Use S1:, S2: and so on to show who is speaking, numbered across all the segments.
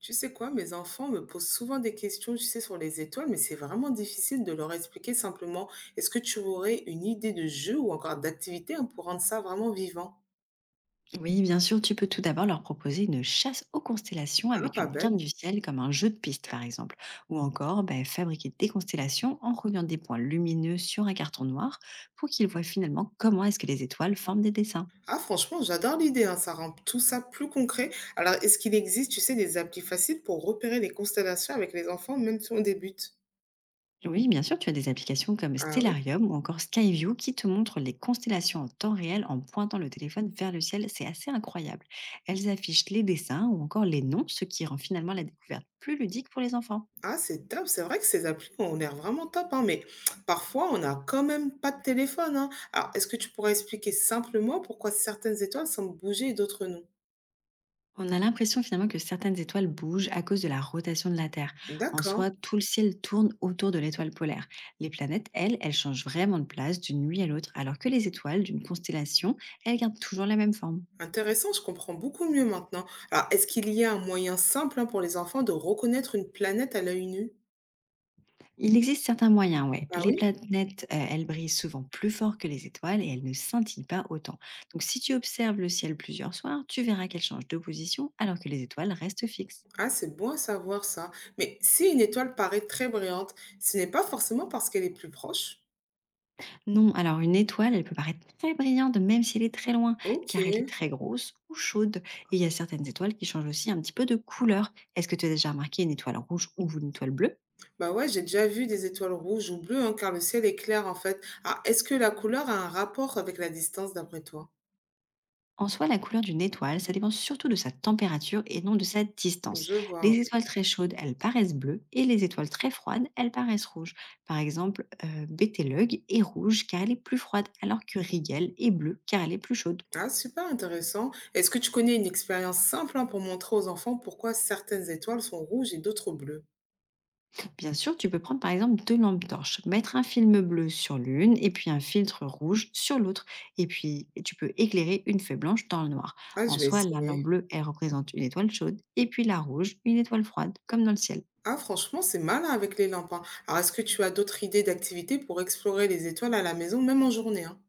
S1: Tu sais quoi, mes enfants me posent souvent des questions, tu sais, sur les étoiles, mais c'est vraiment difficile de leur expliquer simplement. Est-ce que tu aurais une idée de jeu ou encore d'activité hein, pour rendre ça vraiment vivant?
S2: Oui, bien sûr, tu peux tout d'abord leur proposer une chasse aux constellations
S1: Ah,
S2: avec
S1: pas
S2: une carte du
S1: bête.
S2: ciel comme un jeu de piste par exemple, ou encore ben, fabriquer des constellations en reliant des points lumineux sur un carton noir pour qu'ils voient finalement comment est-ce que les étoiles forment des dessins.
S1: Ah, franchement, j'adore l'idée, hein, ça rend tout ça plus concret. Alors, est-ce qu'il existe, tu sais, des applis faciles pour repérer les constellations avec les enfants, même si on débute?
S2: Oui, bien sûr, tu as des applications comme
S1: Ah oui.
S2: Stellarium ou encore Skyview qui te montrent les constellations en temps réel en pointant le téléphone vers le ciel. C'est assez incroyable. Elles affichent les dessins ou encore les noms, ce qui rend finalement la découverte plus ludique pour les enfants.
S1: Ah, c'est top. C'est vrai que ces applis ont l'air vraiment top, hein, mais parfois, on n'a quand même pas de téléphone, hein. Alors, est-ce que tu pourrais expliquer simplement pourquoi certaines étoiles semblent bouger et d'autres non?
S2: On a l'impression finalement que certaines étoiles bougent à cause de la rotation de la Terre. En
S1: D'accord.
S2: soi, tout le ciel tourne autour de l'étoile polaire. Les planètes, elles, elles changent vraiment de place d'une nuit à l'autre, alors que les étoiles d'une constellation, elles gardent toujours la même forme.
S1: Intéressant, je comprends beaucoup mieux maintenant. Alors, est-ce qu'il y a un moyen simple, hein, pour les enfants de reconnaître une planète à l'œil nu?
S2: Il existe certains moyens, ouais.
S1: Ah
S2: Les
S1: oui?
S2: planètes, elles brillent souvent plus fort que les étoiles et elles ne scintillent pas autant. Donc si tu observes le ciel plusieurs soirs, tu verras qu'elles changent de position alors que les étoiles restent fixes.
S1: Ah, c'est bon à savoir ça. Mais si une étoile paraît très brillante, ce n'est pas forcément parce qu'elle est plus proche.
S2: Non, alors une étoile, elle peut paraître très brillante, même si elle est très loin,
S1: Ok.
S2: car elle est très grosse ou chaude. Et il y a certaines étoiles qui changent aussi un petit peu de couleur. Est-ce que tu as déjà remarqué une étoile rouge ou une étoile bleue ?
S1: Bah ouais, j'ai déjà vu des étoiles rouges ou bleues, hein, car le ciel est clair en fait. Ah, est-ce que la couleur a un rapport avec la distance d'après toi?
S2: En soi, la couleur d'une étoile, ça dépend surtout de sa température et non de sa distance.
S1: Je vois.
S2: Les
S1: Ouais.
S2: étoiles très chaudes, elles paraissent bleues, et les étoiles très froides, elles paraissent rouges. Par exemple, Betelgeuse est rouge car elle est plus froide, alors que Rigel est bleue car elle est plus chaude.
S1: Ah, super intéressant. Est-ce que tu connais une expérience simple hein, pour montrer aux enfants pourquoi certaines étoiles sont rouges et d'autres bleues?
S2: Bien sûr, tu peux prendre par exemple deux lampes torches, mettre un film bleu sur l'une et puis un filtre rouge sur l'autre. Et puis tu peux éclairer une feuille blanche dans le noir.
S1: Ah,
S2: En
S1: je vais
S2: soi, la lampe
S1: essayer.
S2: bleue, elle représente une étoile chaude et puis la rouge, une étoile froide, comme dans le ciel.
S1: Ah, franchement, c'est malin avec les lampes, hein. Alors, est-ce que tu as d'autres idées d'activités pour explorer les étoiles à la maison, même en journée, hein?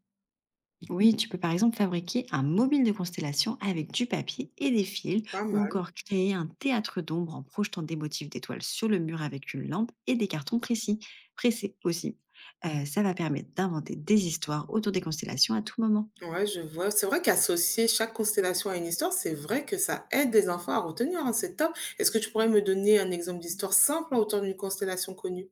S2: Oui, tu peux par exemple fabriquer un mobile de constellation avec du papier et des fils
S1: Pas
S2: ou
S1: mal.
S2: encore créer un théâtre d'ombre en projetant des motifs d'étoiles sur le mur avec une lampe et des cartons précis, pressés aussi. Ça va permettre d'inventer des histoires autour des constellations à tout moment.
S1: Ouais, je vois. C'est vrai qu'associer chaque constellation à une histoire, c'est vrai que ça aide les enfants à retenir, hein, c'est top. Est-ce que tu pourrais me donner un exemple d'histoire simple autour d'une constellation connue?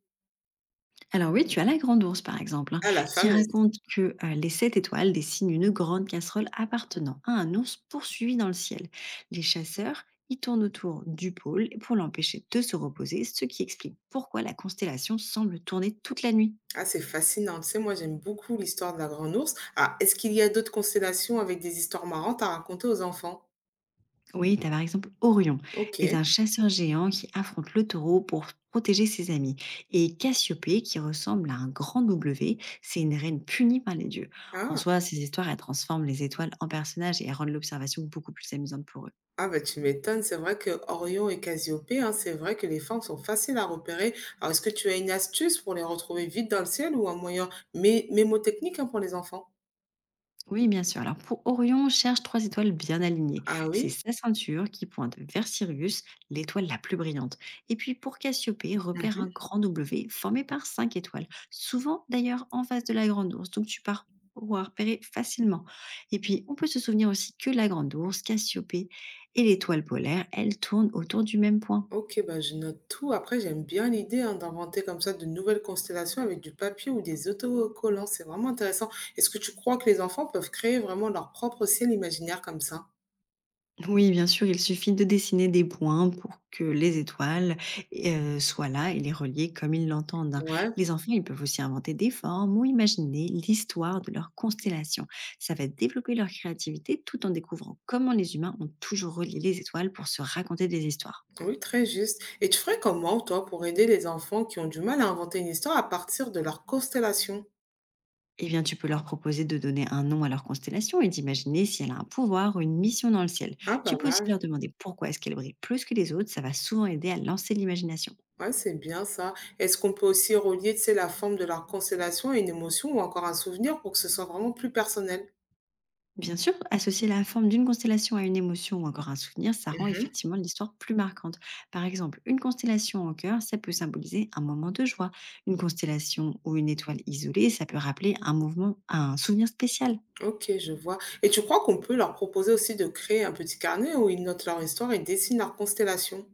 S2: Alors oui, tu as la Grande Ourse, par exemple, hein,
S1: Ah, la
S2: qui
S1: fameuse.
S2: raconte que les sept étoiles dessinent une grande casserole appartenant à un ours poursuivi dans le ciel. Les chasseurs y tournent autour du pôle pour l'empêcher de se reposer, ce qui explique pourquoi la constellation semble tourner toute la nuit.
S1: Ah, c'est fascinant. Tu sais, moi, j'aime beaucoup l'histoire de la Grande Ourse. Ah, est-ce qu'il y a d'autres constellations avec des histoires marrantes à raconter aux enfants?
S2: Oui, t'as par exemple Orion,
S1: Ok.
S2: est un chasseur géant qui affronte le taureau pour protéger ses amis. Et Cassiopée, qui ressemble à un grand W, c'est une reine punie par les dieux. En
S1: Ah,
S2: soi, ces histoires, elles transforment les étoiles en personnages et elles rendent l'observation beaucoup plus amusante pour eux.
S1: ah bah tu m'étonnes. C'est vrai que Orion et Cassiopée, hein, c'est vrai que les formes sont faciles à repérer. Alors, est-ce que tu as une astuce pour les retrouver vite dans le ciel ou un moyen mémotechnique hein, pour les enfants?
S2: Oui, bien sûr. Alors pour Orion, cherche trois étoiles bien alignées.
S1: Ah
S2: C'est
S1: oui?
S2: sa ceinture qui pointe vers Sirius, l'étoile la plus brillante. Et puis pour Cassiopée, repère un
S1: Mmh.
S2: grand W formé par cinq étoiles, souvent d'ailleurs en face de la Grande Ourse. Donc tu pars pouvoir repérer facilement. Et puis on peut se souvenir aussi que la Grande Ourse, Cassiopée et l'étoile polaire, elles tournent autour du même point.
S1: OK, bah, je note tout. Après, j'aime bien l'idée, hein, d'inventer comme ça de nouvelles constellations avec du papier ou des autocollants. C'est vraiment intéressant. Est-ce que tu crois que les enfants peuvent créer vraiment leur propre ciel imaginaire comme ça?
S2: Oui, bien sûr, il suffit de dessiner des points pour que les étoiles soient là et les relier comme ils l'entendent, hein.
S1: Ouais,
S2: Les enfants, ils peuvent aussi inventer des formes ou imaginer l'histoire de leur constellation. Ça va développer leur créativité tout en découvrant comment les humains ont toujours relié les étoiles pour se raconter des histoires.
S1: oui, très juste. Et tu ferais comment, toi, pour aider les enfants qui ont du mal à inventer une histoire à partir de leur constellation?
S2: Eh bien, tu peux leur proposer de donner un nom à leur constellation et d'imaginer si elle a un pouvoir ou une mission dans le ciel.
S1: Ah, pas
S2: Tu peux aussi
S1: mal.
S2: leur demander pourquoi est-ce qu'elle brille plus que les autres. Ça va souvent aider à lancer l'imagination.
S1: Ouais, c'est bien ça. Est-ce qu'on peut aussi relier, tu sais, la forme de leur constellation à une émotion ou encore un souvenir pour que ce soit vraiment plus personnel?
S2: Bien sûr, associer la forme d'une constellation à une émotion ou encore un souvenir, ça rend
S1: Mhm.
S2: effectivement l'histoire plus marquante. Par exemple, une constellation en cœur, ça peut symboliser un moment de joie. Une constellation ou une étoile isolée, ça peut rappeler un mouvement, un souvenir spécial.
S1: OK, je vois. Et tu crois qu'on peut leur proposer aussi de créer un petit carnet où ils notent leur histoire et dessinent leur constellation?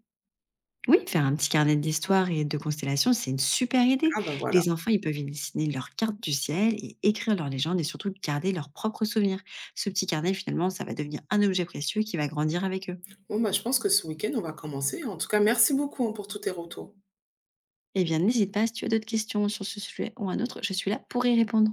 S2: Oui, faire un petit carnet d'histoire et de constellations, c'est une super idée.
S1: Ah ben voilà.
S2: Les enfants, ils peuvent y dessiner leur carte du ciel et écrire leur légende et surtout garder leurs propres souvenirs. Ce petit carnet, finalement, ça va devenir un objet précieux qui va grandir avec eux.
S1: Bon bah je pense que ce week-end, on va commencer. En tout cas, merci beaucoup hein, pour tous tes retours.
S2: Eh bien, n'hésite pas si tu as d'autres questions sur ce sujet ou un autre, je suis là pour y répondre.